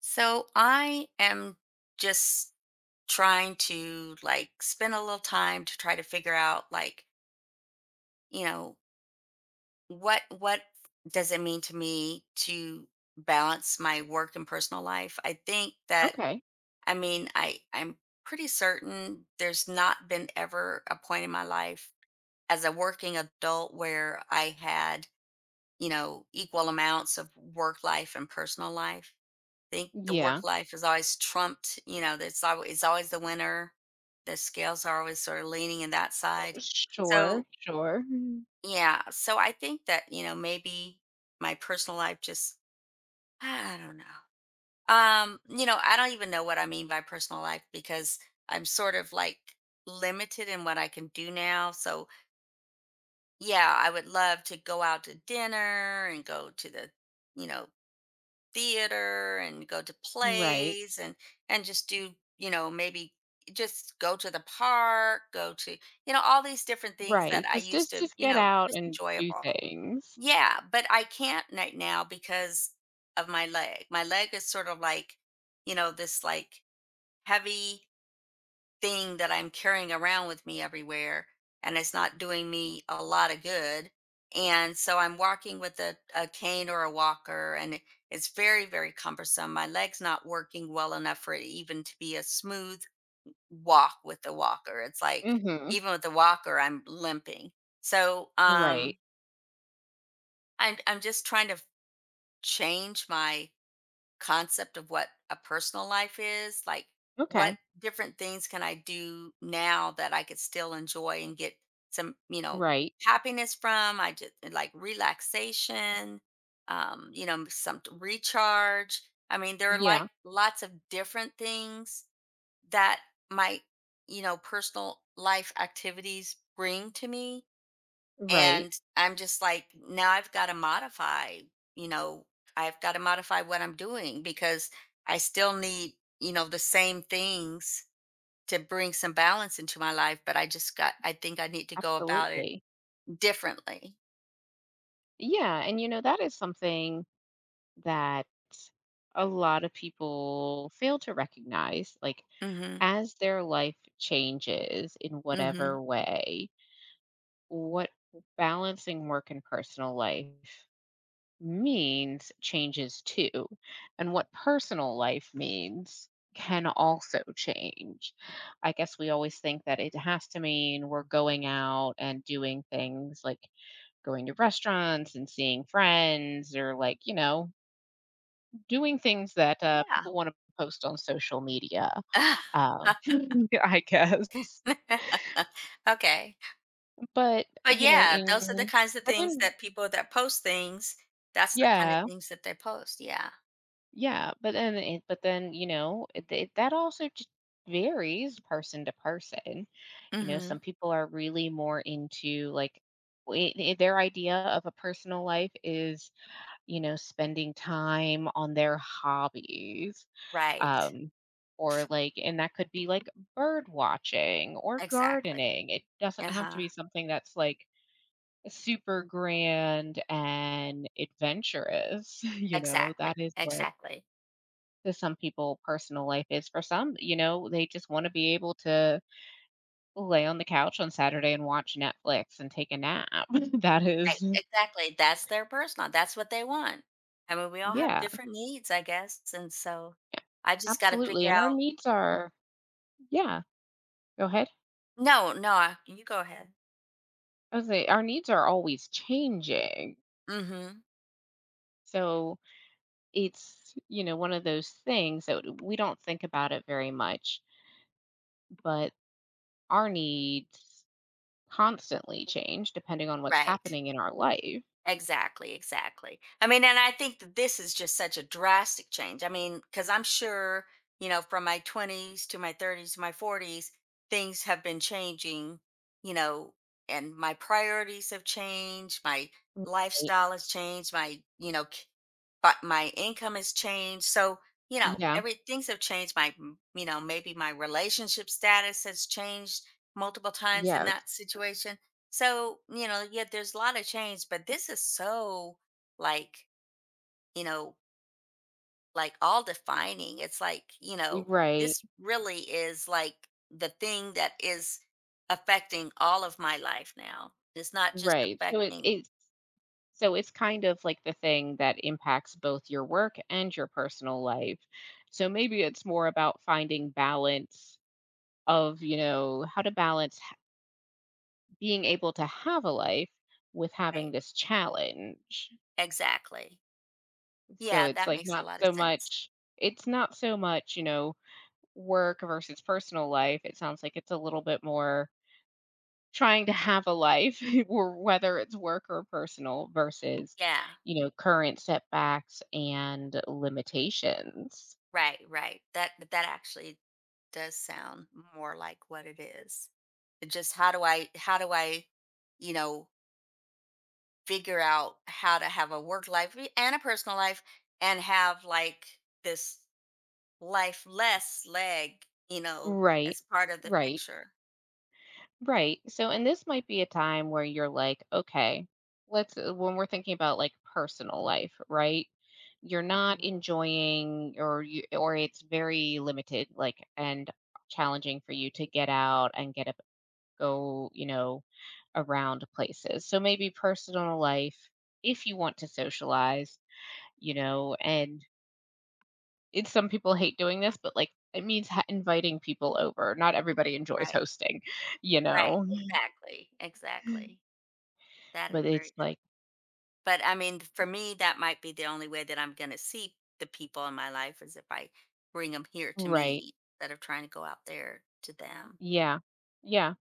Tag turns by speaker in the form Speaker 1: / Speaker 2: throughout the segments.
Speaker 1: So I am just trying to like spend a little time to try to figure out you know, what does it mean to me to balance my work and personal life? I think that
Speaker 2: Okay.
Speaker 1: I'm pretty certain there's not been ever a point in my life as a working adult where I had, equal amounts of work life and personal life. Think the work
Speaker 2: Yeah.
Speaker 1: life is always trumped, that's always it's always the winner. The scales are always sort of leaning in that side.
Speaker 2: Sure,
Speaker 1: So
Speaker 2: sure.
Speaker 1: yeah, so I think that, maybe my personal life just I don't know. You know, I don't even know what I mean by personal life because I'm sort of like limited in what I can do now. So yeah, I would love to go out to dinner and go to the, you know, theater and go to
Speaker 2: Right,
Speaker 1: plays and just do maybe just go to the park go to all these different things that
Speaker 2: right.
Speaker 1: I
Speaker 2: Just
Speaker 1: used
Speaker 2: just
Speaker 1: to
Speaker 2: just get out
Speaker 1: just
Speaker 2: and do
Speaker 1: enjoyable.
Speaker 2: things.
Speaker 1: Yeah, but I can't right now because of my leg. My leg is sort of like this like heavy thing that I'm carrying around with me everywhere, and it's not doing me a lot of good. And so I'm walking with a cane or a walker, and it's very, very cumbersome. My leg's not working well enough for it even to be a smooth walk with the walker. It's like
Speaker 2: Mhm.
Speaker 1: even with the walker, I'm limping. So
Speaker 2: Right.
Speaker 1: I'm just trying to change my concept of what a personal life is, like what
Speaker 2: Okay.
Speaker 1: different things can I do now that I could still enjoy and get some,
Speaker 2: Right.
Speaker 1: happiness from. I just like relaxation, you know, some recharge. I mean, there are like
Speaker 2: Yeah.
Speaker 1: lots of different things that might, personal life activities bring to me.
Speaker 2: Right.
Speaker 1: And I'm just like, now I've got to modify, you know, I've got to modify what I'm doing because I still need, the same things to bring some balance into my life, but I just got, I think I need to go about it
Speaker 2: Absolutely.
Speaker 1: differently.
Speaker 2: Yeah, and you know, that is something that a lot of people fail to recognize. Like,
Speaker 1: Mm-hmm.
Speaker 2: as their life changes in
Speaker 1: Mm-hmm.
Speaker 2: whatever way, what balancing work and personal life means changes too, and what personal life means can also change. I guess we always think that it has to mean we're going out and doing things like going to restaurants and seeing friends or like, you know, doing things that
Speaker 1: Yeah.
Speaker 2: people want to post on social media, um, I guess.
Speaker 1: Okay.
Speaker 2: But,
Speaker 1: But
Speaker 2: you know,
Speaker 1: yeah, those are the kinds of
Speaker 2: but
Speaker 1: things
Speaker 2: in,
Speaker 1: that people that post things, that's the kind of
Speaker 2: yeah.
Speaker 1: things that they post. Yeah.
Speaker 2: Yeah, but then it but then, you know, it- that also just varies person to person. You know,
Speaker 1: Mm-hmm.
Speaker 2: some people are really more into like their idea of a personal life is, you know, spending time on their hobbies.
Speaker 1: Right.
Speaker 2: Um or and that could be like bird watching or
Speaker 1: Exactly.
Speaker 2: gardening. It doesn't
Speaker 1: Uh
Speaker 2: have to
Speaker 1: huh.
Speaker 2: be something that's like super grand and adventurous, you know.
Speaker 1: Exactly,
Speaker 2: That is what
Speaker 1: exactly.
Speaker 2: to some people personal life is. For some, you know, they just wanna be able to lay on the couch on Saturday and watch Netflix and take a nap. That
Speaker 1: Right,
Speaker 2: is
Speaker 1: exactly, that's their personal that's what they want. I mean, we all have
Speaker 2: yeah,
Speaker 1: different needs, I guess, and so I just gotta
Speaker 2: absolutely,
Speaker 1: figure
Speaker 2: and our
Speaker 1: out.
Speaker 2: needs are yeah, go ahead.
Speaker 1: No, no, I you go ahead.
Speaker 2: I was say our needs are always changing.
Speaker 1: Mhm,
Speaker 2: So, it's, you know, one of those things that we don't think about it very much, but our needs constantly change depending on what's
Speaker 1: right.
Speaker 2: happening in our life.
Speaker 1: Exactly, exactly. I mean, and I think that this is just such a drastic change. I mean, because I'm sure, you know, from my 20s to my 30s to my 40s, things have been changing, you know, and my priorities have changed, my
Speaker 2: Right.
Speaker 1: lifestyle has changed, my, but my income has changed. So, you know,
Speaker 2: Yeah.
Speaker 1: every things have changed. You know, maybe my relationship status has changed multiple times in that
Speaker 2: Yes.
Speaker 1: situation. So, you know, yeah, there's a lot of change, but this is so like, you know, like all defining. It's like, you know,
Speaker 2: Right.
Speaker 1: this really is like the thing that is affecting all of my life now. It's not just
Speaker 2: Right. So it
Speaker 1: affecting,
Speaker 2: is, so it's kind of like the thing that impacts both your work and your personal life. So maybe it's more about finding balance of, you know, how to balance being able to have a life with having
Speaker 1: right?
Speaker 2: this challenge.
Speaker 1: Exactly.
Speaker 2: So
Speaker 1: Yeah,
Speaker 2: it's
Speaker 1: that
Speaker 2: like
Speaker 1: makes a
Speaker 2: not
Speaker 1: lot of
Speaker 2: so
Speaker 1: sense.
Speaker 2: much it's not so much, you know, work versus personal life, it sounds like it's a little bit more trying to have a life, or whether it's work or personal versus,
Speaker 1: Yeah,
Speaker 2: you know, current setbacks and limitations.
Speaker 1: right, right. That that actually does sound more like what it is. It just how do I, you know, figure out how to have a work life and a personal life and have like this lifeless leg, you know,
Speaker 2: Right.
Speaker 1: as part of the
Speaker 2: Right.
Speaker 1: picture.
Speaker 2: Right. So, and this might be a time where you're like, okay, let's, when we're thinking about like personal life, right? You're not
Speaker 1: Mhm.
Speaker 2: enjoying or you, or it's very limited, like, and challenging for you to get out and get up go, you know, around places. So maybe personal life, if you want to socialize, you know, and it's some people hate doing this, but like it means inviting people over. Not everybody enjoys
Speaker 1: Right.
Speaker 2: hosting, you
Speaker 1: Right.
Speaker 2: know,
Speaker 1: Exactly. Exactly. That is
Speaker 2: but it's
Speaker 1: very,
Speaker 2: like,
Speaker 1: but I mean, for me, that might be the only way that I'm going to see the people in my life is if I bring them here to
Speaker 2: right.
Speaker 1: me instead of trying to go out there to them.
Speaker 2: Yeah. Yeah.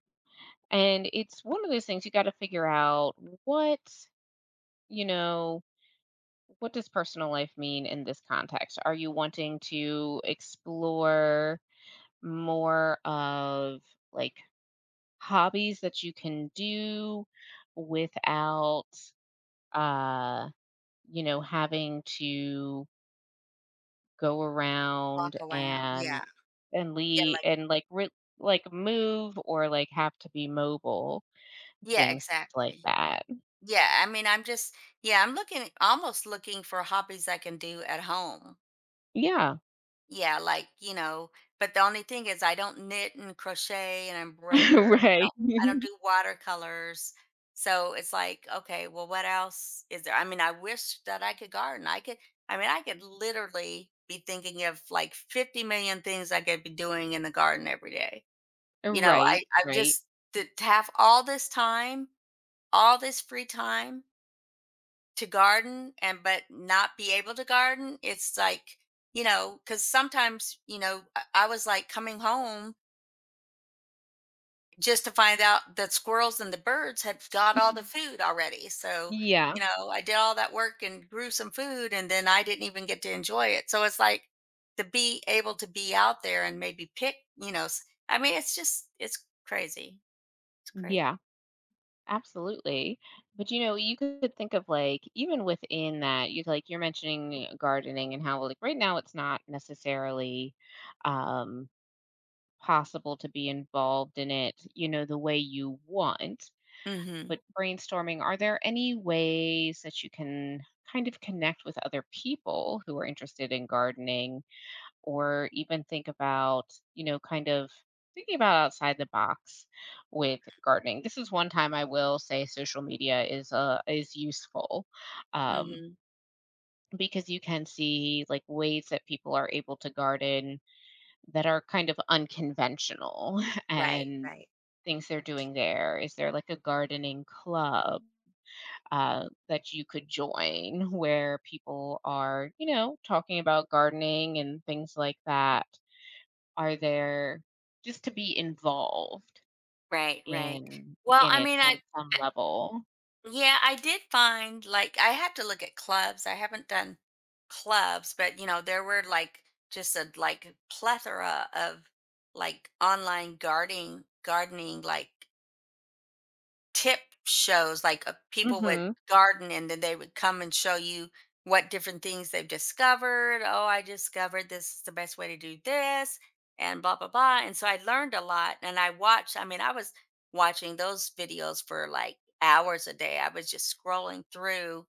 Speaker 2: And it's one of those things you got to figure out what, you know, what does personal life mean in this context? Are you wanting to explore more of like hobbies that you can do without uh you know having to go
Speaker 1: Walk
Speaker 2: around
Speaker 1: around.
Speaker 2: and
Speaker 1: Yeah. Yeah.
Speaker 2: leave
Speaker 1: Like,
Speaker 2: and like move or like have to be mobile
Speaker 1: yeah,
Speaker 2: things like
Speaker 1: exactly.
Speaker 2: that
Speaker 1: Yeah, I mean, I'm just, yeah, I'm looking, almost looking for hobbies I can do at home.
Speaker 2: yeah
Speaker 1: Yeah, like, you know, but the only thing is I don't knit and crochet and embroider. I
Speaker 2: right
Speaker 1: don't, I don't do watercolors. So it's like, okay, well, what else is there? I mean, I wish that I could garden. I could, I mean, I could literally be thinking of like 50 million things I could be doing in the garden every day. You know,
Speaker 2: right
Speaker 1: I
Speaker 2: right
Speaker 1: just, to have all this time, all this free time to garden and but not be able to garden, it's like, you know, because sometimes, you know, I was like coming home just to find out that squirrels and the birds had got all the food already. So,
Speaker 2: yeah
Speaker 1: you know, I did all that work and grew some food and then I didn't even get to enjoy it. So it's like to be able to be out there and maybe pick, I mean, it's just, it's crazy. It's crazy.
Speaker 2: yeah. Absolutely. But you know, you could think of like even within that, you like you're mentioning gardening and how like right now it's not necessarily um possible to be involved in it, you know, the way you want. But
Speaker 1: Mhm.
Speaker 2: brainstorming, are there any ways that you can kind of connect with other people who are interested in gardening or even think about, you know, kind of thinking about outside the box with gardening. This is one time I will say social media is useful. Um,
Speaker 1: Hmm.
Speaker 2: because you can see like ways that people are able to garden that are kind of unconventional
Speaker 1: Right,
Speaker 2: and
Speaker 1: right,
Speaker 2: things they're doing there. Is there like a gardening club? Uh, that you could join where people are, you know, talking about gardening and things like that. Are there just to be involved
Speaker 1: right, right. Well,
Speaker 2: in
Speaker 1: I
Speaker 2: it
Speaker 1: mean, I,
Speaker 2: on some level.
Speaker 1: yeah, I did find like I had to look at clubs. I haven't done clubs, but you know, there were like just a like plethora of like online gardening like tip shows, like, people would
Speaker 2: Mhm.
Speaker 1: garden and then they would come and show you what different things they've discovered. "Oh, I discovered this is the best way to do this," and blah, blah, blah, and so I learned a lot, and I watched I mean, I was watching those videos for, like, hours a day. I was just scrolling through,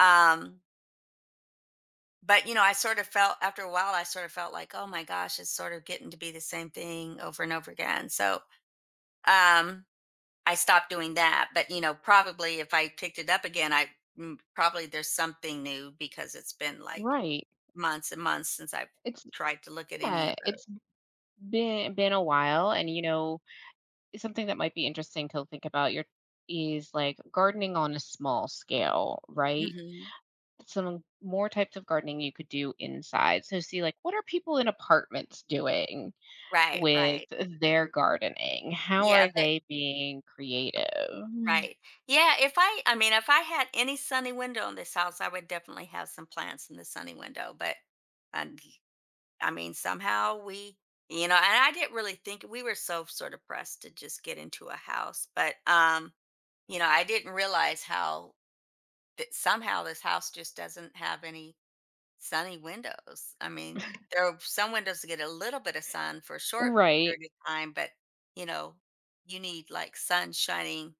Speaker 1: um, but, you know, I sort of felt after a while, I sort of felt like, "Oh my gosh, it's sort of getting to be the same thing over and over again." So, um I stopped doing that. But, you know, probably if I picked it up again, I probably there's something new because it's been like
Speaker 2: Right.
Speaker 1: months and months since I've
Speaker 2: It's
Speaker 1: tried to look at any
Speaker 2: yeah,
Speaker 1: of
Speaker 2: it's been a while and you know, it's something that might be interesting to think about your is like gardening on a small scale,
Speaker 1: those.
Speaker 2: right?
Speaker 1: Hmm.
Speaker 2: Some more types of gardening you could do inside. So see like what are people in apartments doing
Speaker 1: Right,
Speaker 2: with
Speaker 1: right.
Speaker 2: their gardening? How
Speaker 1: Yeah,
Speaker 2: are
Speaker 1: but
Speaker 2: they being creative?
Speaker 1: right. Yeah, if I mean, if I had any sunny window in this house, I would definitely have some plants in the sunny window, but and I mean, you know, and I didn't really think we were so sort of pressed to just get into a house, but you know, I didn't realize how that somehow this house just doesn't have any sunny windows. I mean, there are some windows that get a little bit of sun for a short
Speaker 2: Right.
Speaker 1: period of time, but you know, you need like sun shining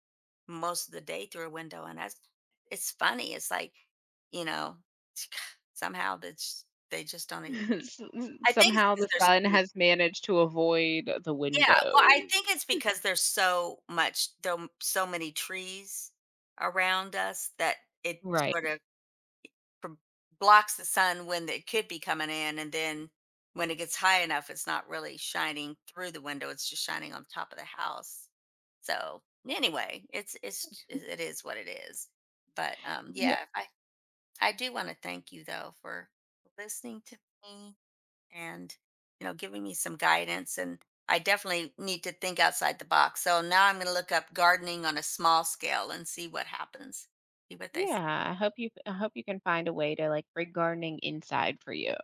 Speaker 1: most of the day through a window. And that's it's funny. It's like, you know, somehow that's they just don't. Ex-
Speaker 2: S
Speaker 1: I think it's
Speaker 2: somehow
Speaker 1: because
Speaker 2: the sun has managed to avoid the
Speaker 1: yeah. Well, I
Speaker 2: windows.
Speaker 1: think it's because there's so much, though, so many trees around us that it
Speaker 2: Right.
Speaker 1: sort of pro- blocks the sun when it could be coming in, and then when it gets high enough it's not really shining through the window, it's just shining on top of the house. So anyway, it's it is what it is. But
Speaker 2: Yeah.
Speaker 1: yeah, I do want to thank you though for listening to me, and you know, giving me some guidance, and I definitely need to think outside the box. So now I'm going to look up gardening on a small scale and see what happens, see what they say.
Speaker 2: Yeah, I hope you can find a way to, like, bring gardening inside for you.